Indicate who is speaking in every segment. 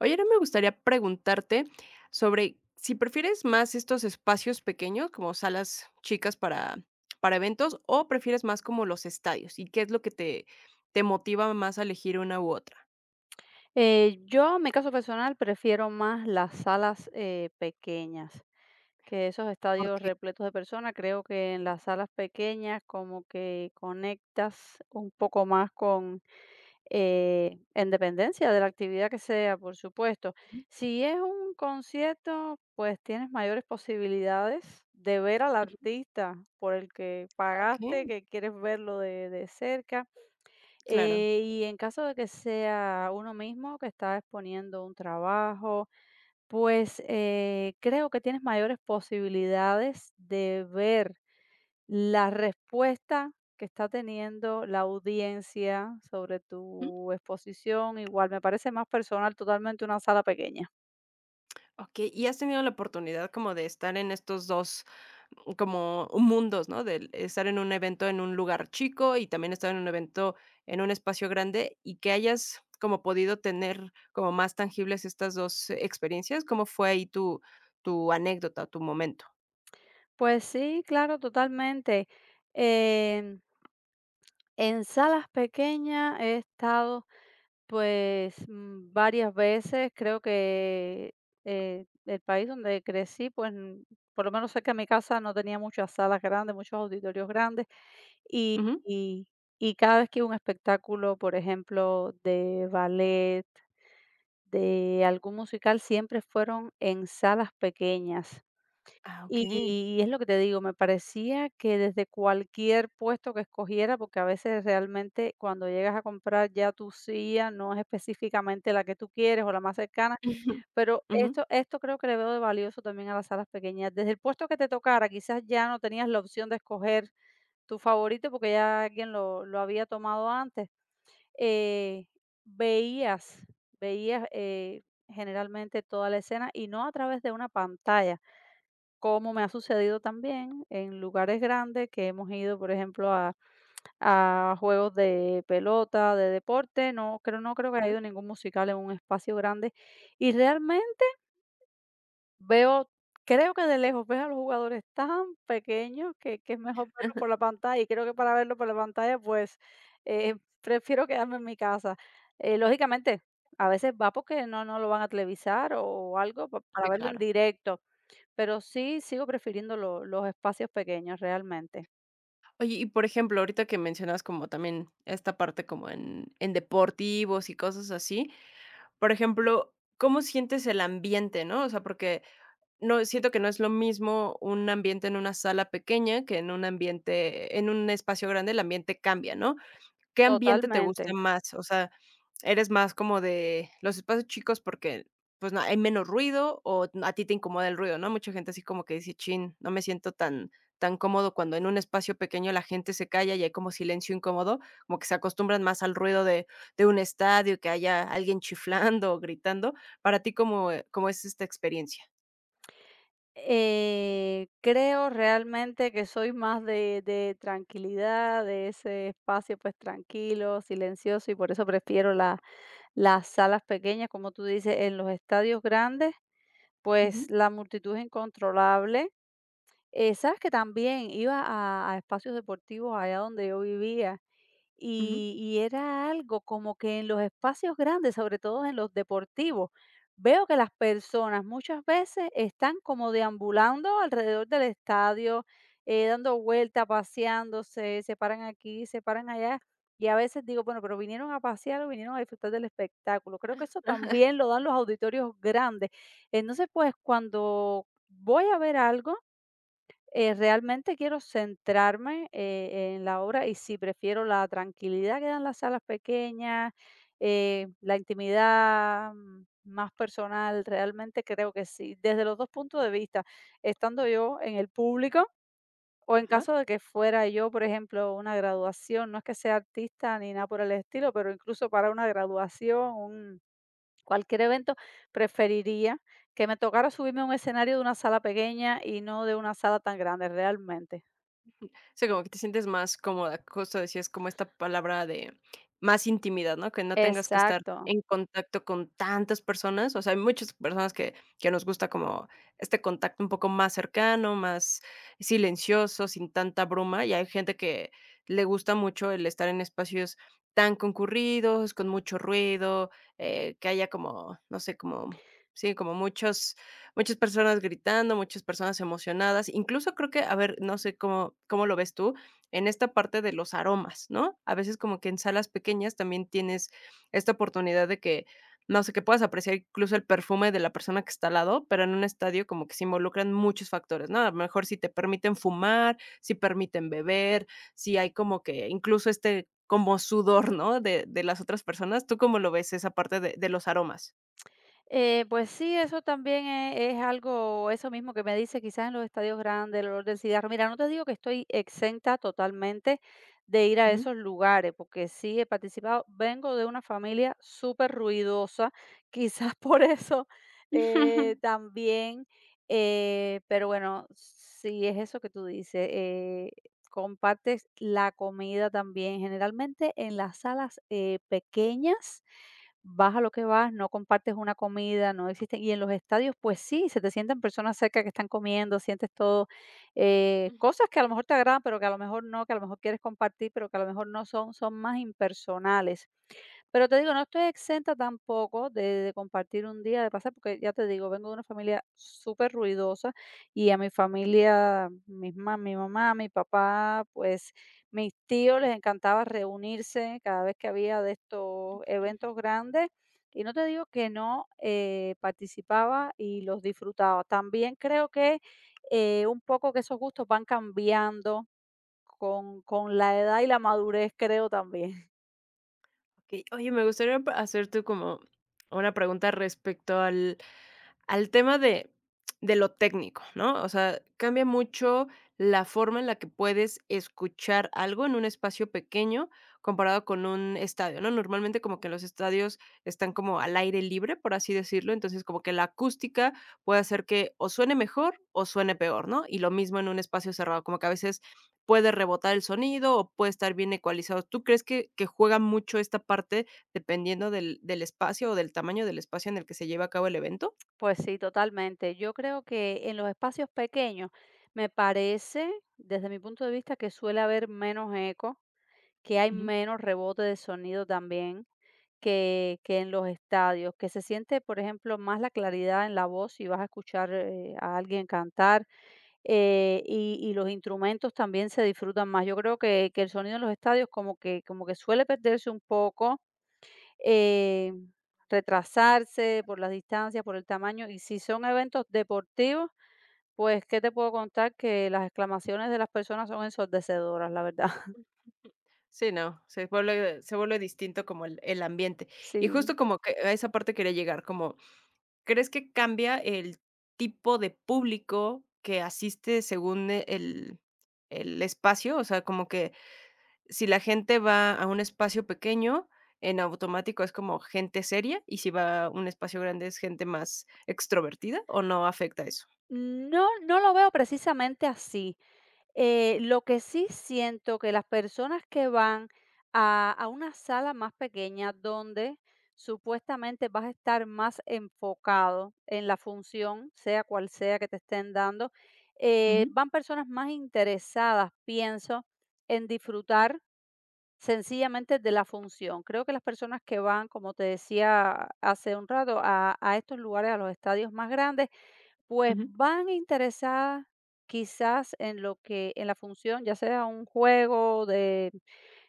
Speaker 1: Oye, ahora me gustaría preguntarte sobre si prefieres más estos espacios pequeños, como salas chicas para eventos, o prefieres más como los estadios, y qué es lo que te motiva más a elegir una u otra.
Speaker 2: Yo, en mi caso personal, prefiero más las salas, pequeñas que esos estadios
Speaker 1: Porque
Speaker 2: repletos de personas. Creo que en las salas pequeñas como que conectas un poco más con, en dependencia de la actividad que sea, por supuesto. Si es un concierto, pues tienes mayores posibilidades de ver al artista por el que
Speaker 1: Ok,
Speaker 2: pagaste, que quieres verlo de cerca.
Speaker 1: claro.
Speaker 2: Y en caso de que sea uno mismo que está exponiendo un trabajo, pues creo que tienes mayores posibilidades de ver la respuesta que está teniendo la audiencia sobre
Speaker 1: Ujú.
Speaker 2: tu exposición. Igual me parece más personal totalmente una sala pequeña.
Speaker 1: Ok, ¿y has tenido la oportunidad como de estar en estos dos, como mundos, ¿no? De estar en un evento en un lugar chico y también estar en un evento en un espacio grande y que hayas como podido tener como más tangibles estas 2 experiencias, ¿cómo fue ahí tu anécdota, tu momento?
Speaker 2: Pues sí, claro, totalmente. Em, en salas pequeñas he estado pues, varias veces creo que, el país donde crecí, pues, por lo menos cerca de mi casa no tenía muchas salas grandes, muchos auditorios grandes, y
Speaker 1: Ujú.
Speaker 2: y y cada vez que iba a un espectáculo, por ejemplo, de ballet, de algún musical, siempre fueron en salas pequeñas.
Speaker 1: Ah, okey.
Speaker 2: Y es lo que te digo, me parecía que desde cualquier puesto que escogiera, porque a veces realmente cuando llegas a comprar ya tu silla no es específicamente la que tú quieres o la más cercana,
Speaker 1: Ujú.
Speaker 2: pero
Speaker 1: Ujú.
Speaker 2: esto creo que le veo de valioso también a las salas pequeñas. Desde el puesto que te tocara, quizás ya no tenías la opción de escoger tu favorito porque ya alguien lo había tomado antes. Eh, veías, veías generalmente toda la escena y no a través de una pantalla como me ha sucedido también en lugares grandes que hemos ido, por ejemplo, a juegos de pelota, de deporte, no creo que haya ido ningún musical en un espacio grande, y realmente veo creo que de lejos ves a los jugadores tan pequeños que es mejor verlos por la pantalla, y creo que para verlo por la pantalla, pues, eh, prefiero quedarme en mi casa. Lógicamente, a veces va porque no lo van a televisar o algo pa para
Speaker 1: Sí,
Speaker 2: verlo en
Speaker 1: claro.
Speaker 2: directo. Pero sí, sigo prefiriendo lo los espacios pequeños realmente,
Speaker 1: Oye, y por ejemplo, ahorita que mencionas como también esta parte como en deportivos y cosas así, por ejemplo, ¿cómo sientes el ambiente, no? O sea, porque No, siento que no es lo mismo un ambiente en una sala pequeña que en un ambiente en un espacio grande, el ambiente cambia, ¿no? ¿Qué ambiente te gusta
Speaker 2: totalmente.
Speaker 1: más? O sea, ¿eres más como de los espacios chicos porque, pues, no hay menos ruido o a ti te incomoda el ruido, no? Mucha gente así como que dice: "Chin, no me siento tan cómodo", cuando en un espacio pequeño la gente se calla y hay como silencio incómodo, como que se acostumbran más al ruido de un estadio, que haya alguien chiflando o gritando. Para ti, ¿cómo es esta experiencia?
Speaker 2: Creo realmente que soy más de tranquilidad, de ese espacio, pues, tranquilo, silencioso, y por eso prefiero la las salas pequeñas, como tú dices. En los estadios grandes, pues, la multitud es incontrolable. Sabes que también iba a espacios deportivos allá donde yo vivía
Speaker 1: Ujú,
Speaker 2: y era algo como que en los espacios grandes, sobre todo en los deportivos, veo que las personas muchas veces están como deambulando alrededor del estadio, dando vueltas, paseándose, se paran aquí, se paran allá. Y a veces digo, bueno, pero vinieron a pasear o vinieron a disfrutar del espectáculo. Creo que eso también lo dan los auditorios grandes. Entonces, pues cuando voy a ver algo, realmente quiero centrarme, en la obra y sí, prefiero la tranquilidad que dan las salas pequeñas, la intimidad, más personal, realmente creo que sí, desde los 2 puntos de vista, estando yo en el público o en
Speaker 1: ajá.
Speaker 2: caso de que fuera yo, por ejemplo, una graduación. No es que sea artista ni nada por el estilo, pero incluso para una graduación, cualquier evento, preferiría que me tocara subirme a un escenario de una sala pequeña y no de una sala tan grande, realmente.
Speaker 1: O sea, como que te sientes más cómoda, justo decías como esta palabra de más intimidad, ¿no? Que no tengas que estar
Speaker 2: Exacto.
Speaker 1: en contacto con tantas personas, o sea, hay muchas personas que nos gusta como este contacto un poco más cercano, más silencioso, sin tanta bruma, y hay gente que le gusta mucho el estar en espacios tan concurridos, con mucho ruido, que haya como, no sé, como, sí, como muchos Muchas personas gritando, muchas personas emocionadas. Incluso creo que, a ver, no sé cómo lo ves tú, en esta parte de los aromas, ¿no? A veces como que en salas pequeñas también tienes esta oportunidad de que, no sé, que puedas apreciar incluso el perfume de la persona que está al lado, pero en un estadio como que se involucran muchos factores, ¿no? A lo mejor si te permiten fumar, si permiten beber, si hay como que incluso este como sudor, ¿no? De las otras personas. ¿Tú cómo lo ves esa parte de los aromas?
Speaker 2: Pues sí, eso también es algo, eso mismo que me dice, quizás en los estadios grandes, el olor del cigarro. Mira, no te digo que estoy exenta totalmente de ir a
Speaker 1: Ujú.
Speaker 2: esos lugares, porque sí he participado. Vengo de una familia súper ruidosa, quizás por eso, también, pero bueno, sí es eso que tú dices. Compartes la comida también, generalmente en las salas, pequeñas vas a lo que vas, no compartes una comida, no existen. Y en los estadios, pues sí, se te sientan personas cerca que están comiendo, sientes todo, cosas que a lo mejor te agradan, pero que a lo mejor no, que a lo mejor quieres compartir, pero que a lo mejor no son, son más impersonales. Pero te digo, no estoy exenta tampoco de compartir un día de pasar, porque ya te digo, vengo de una familia súper ruidosa y a mi familia, mis ma mi mamá, mi papá, pues mis tíos les encantaba reunirse cada vez que había de estos eventos grandes. Y no te digo que no, participaba y los disfrutaba. También creo que un poco que esos gustos van cambiando con la edad y la madurez, creo también.
Speaker 1: Okey. Oye, me gustaría pa hacerte como una pregunta respecto al tema de lo técnico, ¿no? O sea, cambia mucho la forma en la que puedes escuchar algo en un espacio pequeño comparado con un estadio, ¿no? Normalmente como que los estadios están como al aire libre, por así decirlo, entonces como que la acústica puede hacer que o suene mejor o suene peor, ¿no? Y lo mismo en un espacio cerrado, como que a veces puede rebotar el sonido o puede estar bien ecualizado. ¿Tú crees que juega mucho esta parte dependiendo del espacio o del tamaño del espacio en el que se lleva a cabo el evento?
Speaker 2: Pues sí, totalmente. Yo creo que en los espacios pequeños me parece, desde mi punto de vista, que suele haber menos eco, que hay
Speaker 1: Ujú.
Speaker 2: menos rebote de sonido también que en los estadios, que se siente, por ejemplo, más la claridad en la voz si vas a escuchar a alguien cantar, y los instrumentos también se disfrutan más. Yo creo que el sonido en los estadios como que suele perderse un poco, eh, retrasarse por las distancias, por el tamaño. Y si son eventos deportivos, pues, ¿qué te puedo contar? Que las exclamaciones de las personas son ensordecedoras, la verdad.
Speaker 1: Sí, no, se vuelve distinto como el ambiente. Y justo
Speaker 2: Sí.
Speaker 1: como que a esa parte quería llegar, como, ¿crees que cambia el tipo de público que asiste según el espacio? O sea, como que si la gente va a un espacio pequeño, en automático es como gente seria, y si va a un espacio grande es gente más extrovertida, ¿o no afecta eso?
Speaker 2: No, no lo veo precisamente así. Lo que sí siento que las personas que van a una sala más pequeña donde supuestamente vas a estar más enfocado en la función, sea cual sea que te estén dando,
Speaker 1: Ujú,
Speaker 2: van personas más interesadas, pienso, en disfrutar sencillamente de la función. Creo que las personas que van, como te decía hace un rato, a estos lugares, a los estadios más grandes, pues
Speaker 1: ujú.
Speaker 2: van interesadas quizás en lo que en la función, ya sea un juego de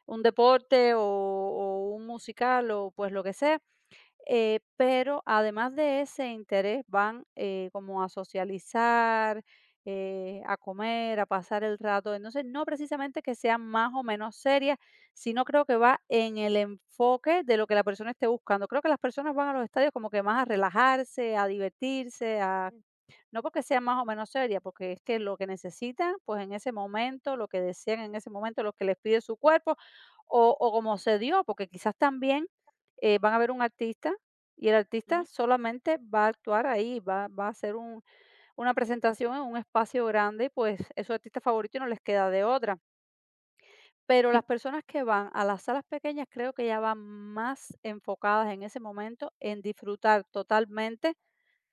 Speaker 2: un deporte o un musical o, pues, lo que sea, pero además de ese interés van, como a socializar, a comer, a pasar el rato. Entonces, no precisamente que sean más o menos serias, sino creo que va en el enfoque de lo que la persona esté buscando. Creo que las personas van a los estadios como que más a relajarse, a divertirse, a no porque sea más o menos seria, porque es que lo que necesitan, pues en ese momento, lo que desean en ese momento, lo que les pide su cuerpo, o como se dio, porque quizás también van a ver un artista y el artista
Speaker 1: Ujú.
Speaker 2: solamente va a actuar ahí, va a hacer una presentación en un espacio grande y pues es su artista favorito y no les queda de otra. Pero las personas que van a las salas pequeñas creo que ya van más enfocadas en ese momento en disfrutar totalmente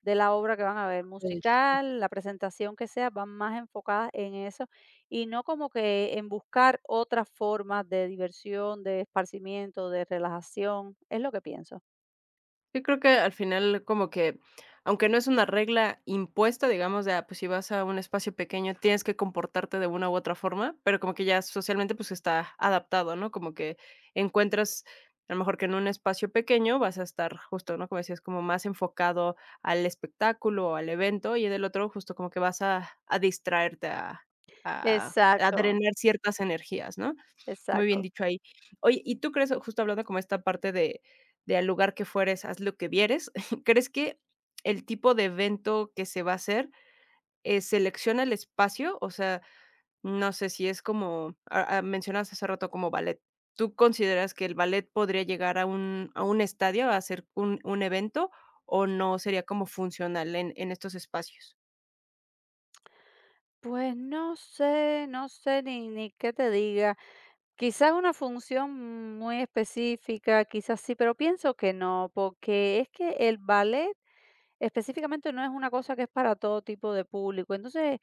Speaker 2: de la obra que van a ver,
Speaker 1: Sí.
Speaker 2: musical, la presentación que sea, van más enfocadas en eso y no como que en buscar otras formas de diversión, de esparcimiento, de relajación, es lo que pienso.
Speaker 1: Yo creo que al final como que, aunque no es una regla impuesta, digamos, de, ah, pues si vas a un espacio pequeño tienes que comportarte de una u otra forma, pero como que ya socialmente pues está adaptado, ¿no? Como que encuentras, a lo mejor que en un espacio pequeño vas a estar justo, ¿no? Como decías, como más enfocado al espectáculo o al evento y en el otro justo como que vas a distraerte, a
Speaker 2: Exacto,
Speaker 1: drenar ciertas energías, ¿no? Muy bien
Speaker 2: exacto.
Speaker 1: dicho ahí. Oye, ¿y tú crees, justo hablando como esta parte de al lugar que fueres, haz lo que vieres, crees que el tipo de evento que se va a hacer, selecciona el espacio? O sea, no sé si es como, mencionaste mencionabas hace rato como ballet. ¿Tú consideras que el ballet podría llegar a un estadio a hacer un evento o no sería como funcional en estos espacios?
Speaker 2: Pues no sé, no sé ni qué te diga. Quizás una función muy específica, quizás sí, pero pienso que no, porque es que el ballet específicamente no es una cosa que es para todo tipo de público. Entonces,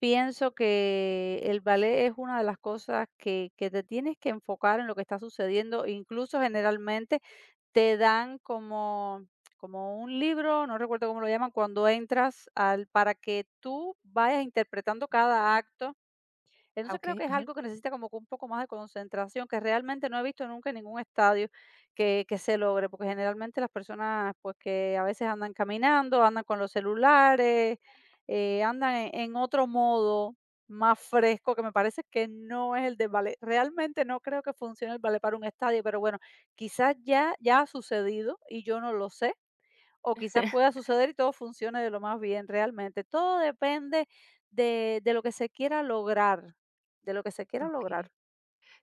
Speaker 2: pienso que el ballet es una de las cosas que te tienes que enfocar en lo que está sucediendo. Incluso generalmente te dan como, como un libro, no recuerdo cómo lo llaman, cuando entras al, para que tú vayas interpretando cada acto,
Speaker 1: Ah,
Speaker 2: entonces creo
Speaker 1: okey,
Speaker 2: que es
Speaker 1: ajá.
Speaker 2: algo que necesita como que un poco más de concentración, que realmente no he visto nunca en ningún estadio que se logre, porque generalmente las personas pues que a veces andan caminando, andan con los celulares, andan en otro modo más fresco, que me parece que no es el de ballet. Realmente no creo que funcione el ballet para un estadio, pero bueno, quizás ya ha sucedido y yo no lo sé o quizás pueda suceder y todo funcione de lo más bien realmente. Todo depende de lo que se quiera lograr, de lo que se quiera lograr.
Speaker 1: Ok.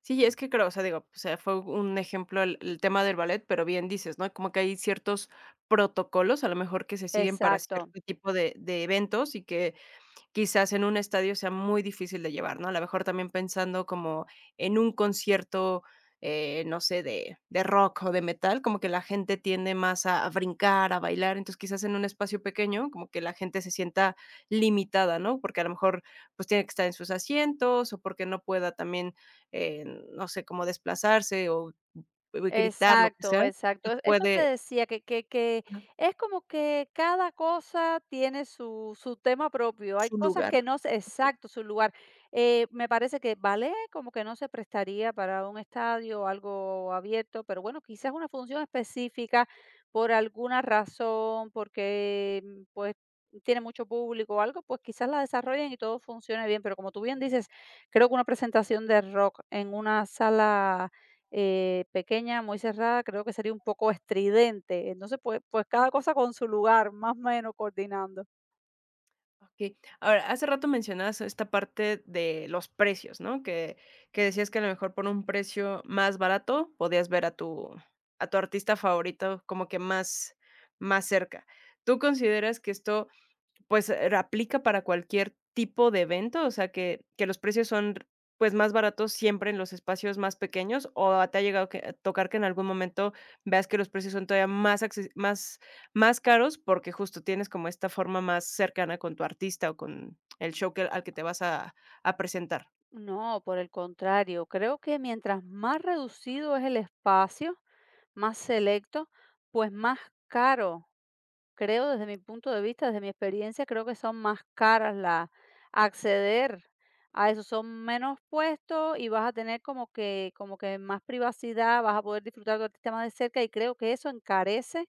Speaker 1: Sí, es que creo, o sea, digo, o sea, fue un ejemplo el tema del ballet, pero bien dices, ¿no? Como que hay ciertos protocolos, a lo mejor que se siguen para
Speaker 2: Exacto.
Speaker 1: cierto tipo de eventos y que Quizás en un estadio sea muy difícil de llevar, ¿no? A lo mejor también pensando como en un concierto, no sé, de rock o de metal, como que la gente tiende más a brincar, a bailar, entonces, quizás en un espacio pequeño, como que la gente se sienta limitada, ¿no? Porque a lo mejor, pues, tiene que estar en sus asientos, o porque no pueda también, eh, no sé, cómo desplazarse o gritar, lo que sea,
Speaker 2: Exacto, exacto.
Speaker 1: pues,
Speaker 2: Es eso te
Speaker 1: puede
Speaker 2: decía que
Speaker 1: ajá,
Speaker 2: es como que cada cosa tiene su tema propio. Hay
Speaker 1: su
Speaker 2: cosas
Speaker 1: lugar.
Speaker 2: que no se exacto, su lugar. Me parece que ballet como que no se prestaría para un estadio o algo abierto, pero bueno, quizás una función específica por alguna razón, porque, pues, tiene mucho público o algo, pues quizás la desarrollen y todo funcione bien, pero como tú bien dices, creo que una presentación de rock en una sala pequeña, muy cerrada, creo que sería un poco estridente. Entonces, pues, pues cada cosa con su lugar, más o menos coordinando.
Speaker 1: Okey. Ahora, hace rato mencionabas esta parte de los precios, ¿no? Que decías que a lo mejor por un precio más barato podías ver a tu artista favorito como que más cerca. ¿Tú consideras que esto pues, aplica para cualquier tipo de evento, o sea, que los precios son, pues, más baratos siempre en los espacios más pequeños, ¿o te ha llegado que a tocar que en algún momento veas que los precios son todavía más acces más más caros porque justo tienes como esta forma más cercana con tu artista o con el show que al que te vas a presentar?
Speaker 2: No, por el contrario, creo que mientras más reducido es el espacio, más selecto, pues más caro. Creo, desde mi punto de vista, desde mi experiencia, creo que son más caras la acceder a eso, son menos puestos y vas a tener como que más privacidad, vas a poder disfrutar del artista más de cerca y creo que eso encarece,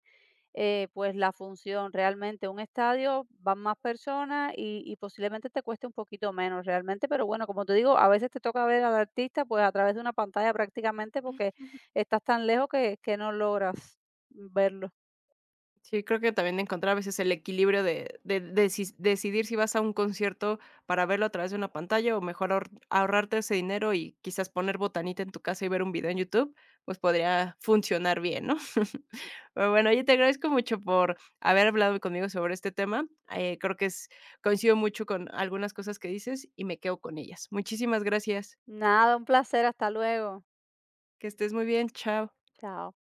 Speaker 2: pues, la función. Realmente, un estadio van más personas y posiblemente te cueste un poquito menos realmente, pero bueno, como te digo, a veces te toca ver al artista, pues, a través de una pantalla prácticamente porque estás tan lejos que no logras verlo.
Speaker 1: Sí, creo que también encontrar a veces el equilibrio de decidir si vas a un concierto para verlo a través de una pantalla o mejor ahorrarte ese dinero y quizás poner botanita en tu casa y ver un video en YouTube, pues podría funcionar bien, ¿no? Pero bueno, oye, te agradezco mucho por haber hablado conmigo sobre este tema, creo que es coincido mucho con algunas cosas que dices y me quedo con ellas. Muchísimas gracias.
Speaker 2: Nada, un placer, hasta luego.
Speaker 1: Que estés muy bien, chao.
Speaker 2: Chao.